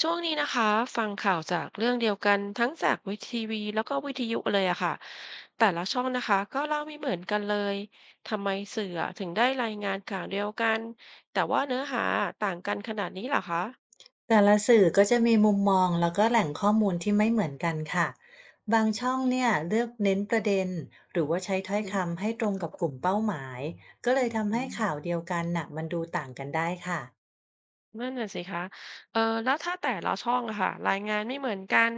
ช่วงนี้นะคะฟังข่าวจากเรื่องเดียวกันทั้งจากวิทีวีแล้วก็วิทยุเลยอะค่ะแต่ละช่องนะคะก็เล่าไม่เหมือนกันเลยทำไมสื่ออะถึงได้รายงานข่าวเดียวกันแต่ว่าเนื้อหาต่างกันขนาดนี้เหรอคะแต่ละสื่อก็จะมีมุมมองแล้วก็แหล่งข้อมูลที่ไม่เหมือนกันค่ะบางช่องเนี่ยเลือกเน้นประเด็นหรือว่าใช้ถ้อืออยฮึอคำให้ตรงกับกลุ่มเป้าหมายก็เลยทำอืให้ข่าวมเดียวกันน่ะมันดูต่างกันได้ค่ะนั่นน่ะสิคะเออแล้วถ้าแต่ละช่องอะค่ะรายงานไม่เหมือนกัน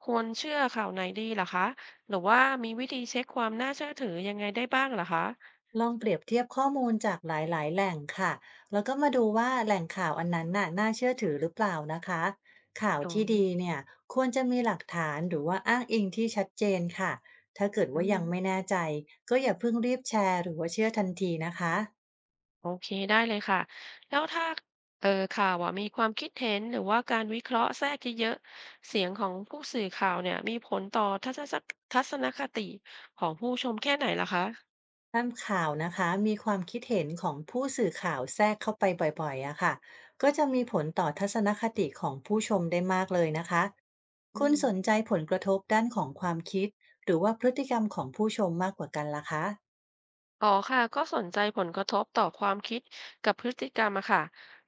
ควรเชื่อข่าวไหนดีเหรอคะหรือว่ามีวิธีเช็คความน่าเชื่อถือยังไงได้บ้างเหรอคะลองเปรียบเทียบข้อมูลจากหลายๆแหล่งค่ะแล้วก็มาดูว่าแหล่งข่าวอันนั้นน่ะน่าเชื่อถือหรือเปล่านะคะข่าวอ๋อที่ดีเนี่ยควรจะมีหลักฐานหรือว่าอ้างอิงที่ชัดเจนค่ะถ้าเกิดอืว่ายังไม่ม แน่ใจก็อย่าเพิ่งรีบแชร์หรือว่าเชื่อทันทีนะคะ โอเคได้เลยค่ะแล้วถ้าข่าวอะมีความคิดเห็นหรือว่าการวิเคราะห์แทรกเยอะๆเสียงของผู้สื่อข่าวเนี่ยมีผลต่อทัศนคติของผู้ชมแค่ไหนล่ะคะตามข่าวนะคะมีความคิดเห็นของผู้สื่อข่าวแทรกเข้าไปบ่อยๆอะค่ะก็จะมีผลต่อทัศนคติของผู้ชมได้มากเลยนะคะอืคุณม สนใจผลกระทบด้านของความคิดหรือว่าพฤติกรรมของผู้ชมมากกว่ากันล่ะคะ อ๋อค่ะก็สนใจผลกระทบต่อความคิดกับพฤติกรรมอะค่ะ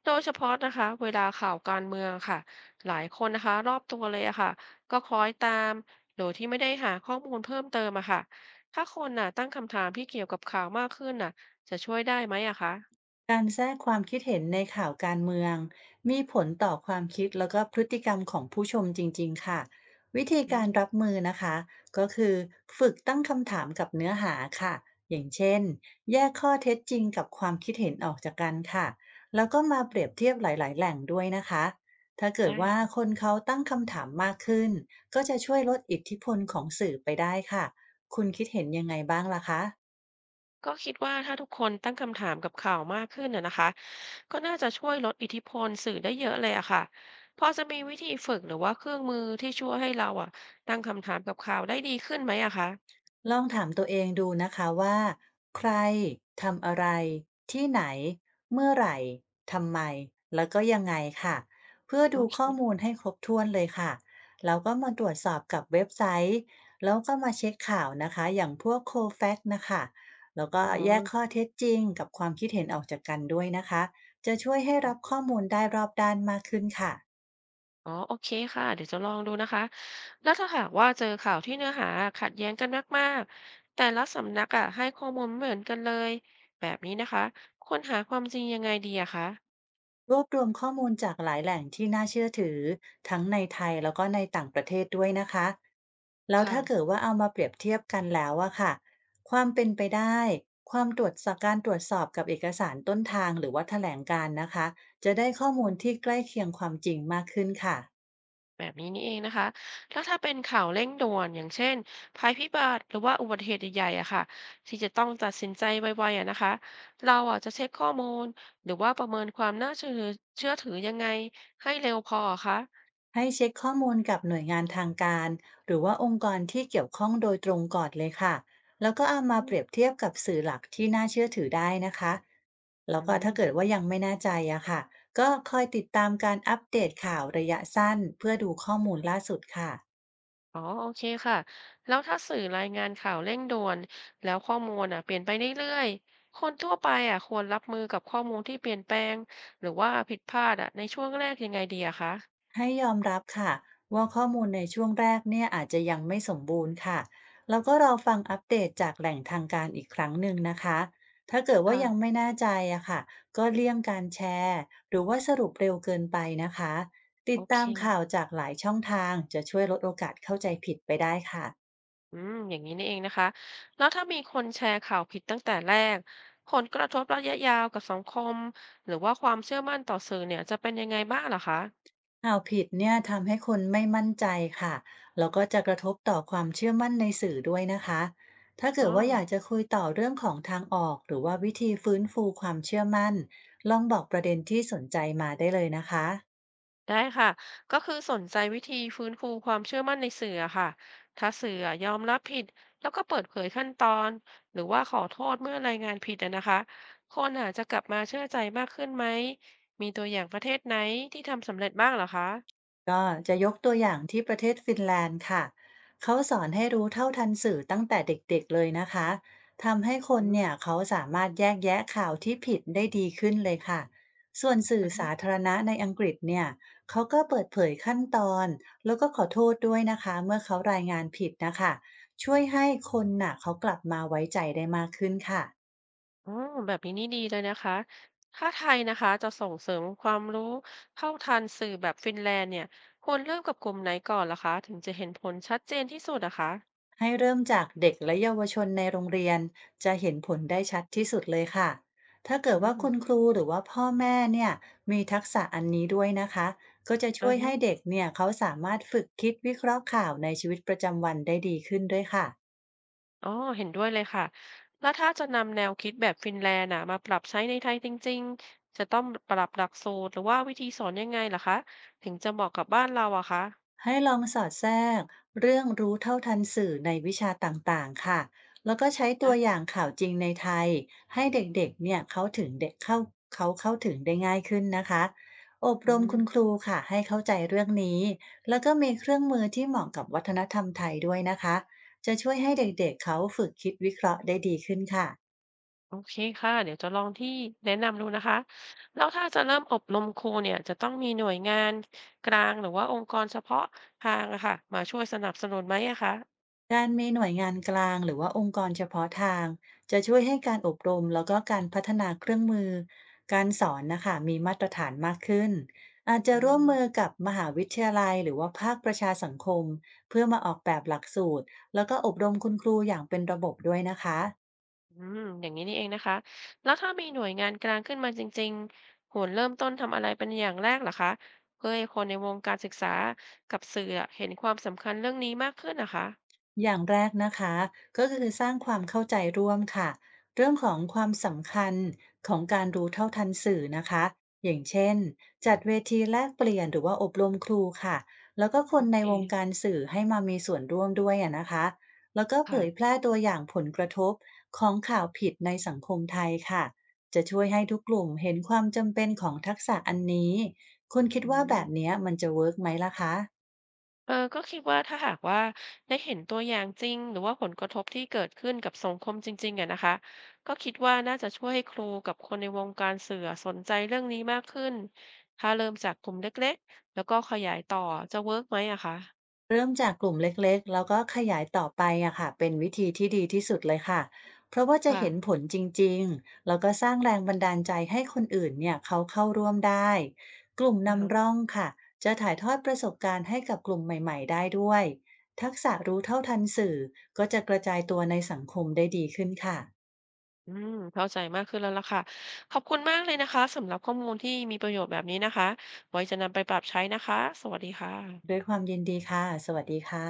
โดยเฉพาะนะคะเวลาข่าวการเมืองค่ะหลายคนนะคะรอบตัวเลยอะค่ะก็คล้อยตามโดยที่ไม่ได้หาข้อมูลเพิ่มเติมอะค่ะถ้าคนน่ะตั้งคำถามที่เกี่ยวกับข่าวมากขึ้นน่ะจะช่วยได้ไหมอะคะการแทรกความคิดเห็นในข่าวการเมืองมีผลต่อความคิดแล้วก็พฤติกรรมของผู้ชมจริงๆค่ะวิธีอืการรัมบมือนะคะก็คือฝึกตั้งคำถามกับเนื้อหาค่ะอย่างเช่นแยกข้อเท็จจริงกับความคิดเห็นออกจากกันค่ะแล้วก็มาเปรียบเทียบหลายๆแหล่งด้วยนะคะถ้าเกิดว่าได้ คนเขาตั้งคำถามมากขึ้นก็จะช่วยลดอิทธิพลของสื่อไปได้ค่ะคุณคิดเห็นยังไงบ้างล่ะคะ ก็คิดว่าถ้าทุกคนตั้งคำถามกับข่าวมากขึ้นนะคะก็น่าจะช่วยลดอิทธิพลสื่อได้เยอะเลยอะค่ะพอจะมีวิธีฝึกหรือว่าเครื่องมือที่ช่วยให้เราอะตั้งคำถามกับข่าวได้ดีขึ้นไหมอะคะลองถามตัวเองดูนะคะว่าใครทำอะไรที่ไหนเมื่อไหร่ทำไมแล้วก็ยังไงค่ะเพื่อโอดูเคข้อมูลให้ครบถ้วนเลยค่ะแล้วก็มาตรวจสอบกับเว็บไซต์แล้วก็มาเช็คข่าวนะคะอย่างพวกโคแฟกนะคะแล้วก็อ๋อแยกข้อเท็จจริงกับความคิดเห็นออกจากกันด้วยนะคะจะช่วยให้รับข้อมูลได้รอบด้านมากขึ้นค่ะ อ๋อโอเคค่ะเดี๋ยวจะลองดูนะคะแล้วถ้าหากว่าเจอข่าวที่เนื้อหาขัดแย้งกันมากๆแต่ละสำนักอะให้ข้อมูลไม่เหมือนกันเลยแบบนี้นะคะควรหาความจริงยังไงดีอะคะรวบรวมข้อมูลจากหลายแหล่งที่น่าเชื่อถือทั้งในไทยแล้วก็ในต่างประเทศด้วยนะคะแล้วค่ถ้าเกิดว่าเอามาเปรียบเทียบกันแล้วอะค่ะความเป็นไปได้ความตรวจสอบการตรวจสอบกับเอกสารต้นทางหรือว่าแถลงการณ์นะคะจะได้ข้อมูลที่ะ ใกล้เคียงความจริงมากขึ้นค่ะ แบบนี้นี่เองนะคะ แล้วถ้าเป็นข่าวเร่งด่วนอย่างเช่นภัยพิบัติหรือว่าอุบัติเหตุใหญ่ๆอะค่ะที่จะต้องตัดสินใจไวๆอะนะคะเราอะจะเช็คข้อมูลหรือว่าประเมินความน่าเชื่อถือยังไงให้เร็วพออะคะให้เช็คข้อมูลกับหน่วยงานทางการหรือว่าองค์กรที่เกี่ยวข้องโดยตรงก่อนเลยค่ะแล้วก็เอามาอืเปรียบมเทียบกับสื่อหลักที่น่าเชื่อถือได้นะคะอืแล้วก็ถ้าเกิดมว่ายังไม่แน่ใจอะค่ะก็คอยติดตามการอัปเดตข่าวระยะสั้นเพื่อดูข้อมูลล่าสุดค่ะ อ๋อโอเคค่ะแล้วถ้าสื่อรายงานข่าวเร่งด่วนแล้วข้อมูลอะเปลี่ยนไปเรื่อยๆคนทั่วไปอะควรรับมือกับข้อมูลที่เปลี่ยนแปลงหรือว่าผิดพลาดอะในช่วงแรกยังไงดีอะคะให้ยอมรับค่ะว่าข้อมูลในช่วงแรกเนี่ยอาจจะยังไม่สมบูรณ์ค่ะแล้วก็รอฟังอัปเดตจากแหล่งทางการอีกครั้งหนึ่งนะคะถ้าเกิดว่ายังค่ะไม่แน่ใจอะค่ะก็เลี่ยงการแชร์หรือว่าสรุปเร็วเกินไปนะคะติโอดเค ตามข่าวจากหลายช่องทางจะช่วยลดโอกาสเข้าใจผิดไปได้ค่ะ อืมอย่างนี้นี่เองนะคะแล้วถ้ามีคนแชร์ข่าวผิดตั้งแต่แรกผลกระทบระยะยาวกับสังคมหรือว่าความเชื่อมั่นต่อสื่อเนี่ยจะเป็นยังไงบ้างเหรอคะข่าวผิดเนี่ยทำให้คนไม่มั่นใจค่ะ แล้วก็จะกระทบต่อความเชื่อมั่นในสื่อด้วยนะคะ ถ้าอ๋เกิอดว่าอยากจะคุยต่อเรื่องของทางออกหรือว่าวิธีฟื้นฟูความเชื่อมั่น ลองบอกประเด็นที่สนใจมาได้เลยนะคะ ได้ค่ะก็คือสนใจวิธีฟื้นฟูความเชื่อมั่นในสื่ออะค่ะถ้าสื่อยอมรับผิดแล้วก็เปิดเผยขั้นตอนหรือว่าขอโทษเมื่อรายงานผิดอะนะคะคนอาจจะกลับมาเชื่อใจมากขึ้นไหมมีตัวอย่างประเทศไหนที่ทำสำเร็จบ้างเหรอคะก็จะยกตัวอย่างที่ประเทศฟินแลนด์ค่ะเขาสอนให้รู้เท่าทันสื่อตั้งแต่เด็กๆเลยนะคะทำให้คอืนม เนี่ยเขาสามารถแยกแยะข่าวที่ผิดได้ดีขึ้นเลยค่ะส่วนสื่อสาธารณะในอังกฤษเนี่ยเขาก็เปิดเผยขั้นตอนแล้วก็ขอโทษด้วยนะคะเมื่อเขารายงานผิดนะคะช่วยให้คนน่ะเขากลับมาไว้ใจได้มากขึ้นค่ะ อ๋อแบบนี้นี่ดีเลยนะคะถ้าไทยนะคะจะส่งเสริมความรู้เท่าทันสื่อแบบฟินแลนด์เนี่ยควรเริ่มกับกลุ่มไหนก่อนล่ะคะถึงจะเห็นผลชัดเจนที่สุดอะคะให้เริ่มจากเด็กและเยาวชนในโรงเรียนจะเห็นผลได้ชัดที่สุดเลยค่ะ ถ้าเกิอืดว่ามคุณครูหรือว่าพ่อแม่เนี่ยมีทักษะอันนี้ด้วยนะคะก็จะช่อ่าวยฮะให้เด็กเนี่ยเขาสามารถฝึกคิดวิเคราะห์ข่าวในชีวิตประจำวันได้ดีขึ้นด้วยค่ะ อ๋อเห็นด้วยเลยค่ะ แล้วถ้าจะนำแนวคิดแบบฟินแลนด์อะมาปรับใช้ในไทยจริงๆจะต้องปรับหลักสูตรหรือว่าวิธีสอนยังไงล่ะคะถึงจะเหมาะกับบ้านเราอะคะให้ลองสอดแทรกเรื่องรู้เท่าทันสื่อในวิชาต่างๆค่ะแล้วก็ใช้ตัวนะอย่างข่าวจริงในไทยให้เด็กๆเนี่ยเขาถึงเด็กเข้าเขาเข้าถึงได้ง่ายขึ้นนะคะอบอืรมม คุณครูค่ะให้เข้าใจเรื่องนี้แล้วก็มีเครื่องมือที่เหมาะกับวัฒนธรรมไทยด้วยนะคะจะช่วยให้เด็กๆเขาฝึกคิดวิเคราะห์ได้ดีขึ้นค่ะ โอเคค่ะเดี๋ยวจะลองที่แนะนำดูนะคะแล้วถ้าจะเริ่มอบรมครูเนี่ยจะต้องมีหน่วยงานกลางหรือว่าองค์กรเฉพาะทางอะค่ะมาช่วยสนับสนุนไหมอะคะการมีหน่วยงานกลางหรือว่าองค์กรเฉพาะทางจะช่วยให้การอบรมแล้วก็การพัฒนาเครื่องมือการสอนนะคะมีมาตรฐานมากขึ้นอาจจะอืร่วมมือมกับมหาวิทยาลัยหรือว่าภาคประชาสังคมเพื่อมาออกแบบหลักสูตรแล้วก็อบรมคุณครูอย่างเป็นระบบด้วยนะคะ อืมอย่างนี้นี่เองนะคะแล้วถ้ามีหน่วยงานกลางขึ้นมาจริงๆควรเริ่มต้นทำอะไรเป็นอย่างแรกเหรอคะเพื่อให้คนในวงการศึกษากับสื่ออะเห็นความสำคัญเรื่องนี้มากขึ้นนะคะอย่างแรกนะคะก็คือสร้างความเข้าใจร่วมค่ะเรื่องของความสำคัญของการรู้เท่าทันสื่อนะคะอย่างเช่นจัดเวทีแลกเปลี่ยนหรือว่าอบรมครูค่ะแล้วก็คโอนในเควงการสื่อให้มามีส่วนร่วมด้วยอะนะคะแล้วก็เผยแพค่ะร่ตัวอย่างผลกระทบของข่าวผิดในสังคมไทยค่ะจะช่วยให้ทุกกลุ่มเห็นความจำเป็นของทักษะอันนี้คุณคิดอืว่าแบบม เนี้ยมันจะเวิร์กไหมล่ะคะ เออก็คิดว่าถ้าหากว่าได้เห็นตัวอย่างจริงหรือว่าผลกระทบที่เกิดขึ้นกับสังคมจริงๆอะนะคะก็คิดว่าน่าจะช่วยให้ครูกับคนในวงการสื่อสนใจเรื่องนี้มากขึ้นถ้าเริ่มจากกลุ่มเล็กๆแล้วก็ขยายต่อจะเวิร์กไหมอะคะเริ่มจากกลุ่มเล็กๆ แล้วก็ขยายต่อไปอะค่ะเป็นวิธีที่ดีที่สุดเลยค่ะ เพราะว่าจะเห็นค่ะผลจริงๆ แล้วก็สร้างแรงบันดาลใจให้คนอื่นเนี่ยเขาเข้าร่วมได้ กลุ่มอะฮะนำร่องค่ะจะถ่ายทอดประสบการณ์ให้กับกลุ่มใหม่ๆได้ด้วยทักษะรู้เท่าทันสื่อก็จะกระจายตัวในสังคมได้ดีขึ้นค่ะอืมเข้าใจมากขึ้นแล้วล่ะค่ะขอบคุณมากเลยนะคะสำหรับข้อมูลที่มีประโยชน์แบบนี้นะคะไว้จะนำไปปรับใช้นะคะสวัสดีค่ด้ะวยความยินดีค่ะสวัสดีค่ะ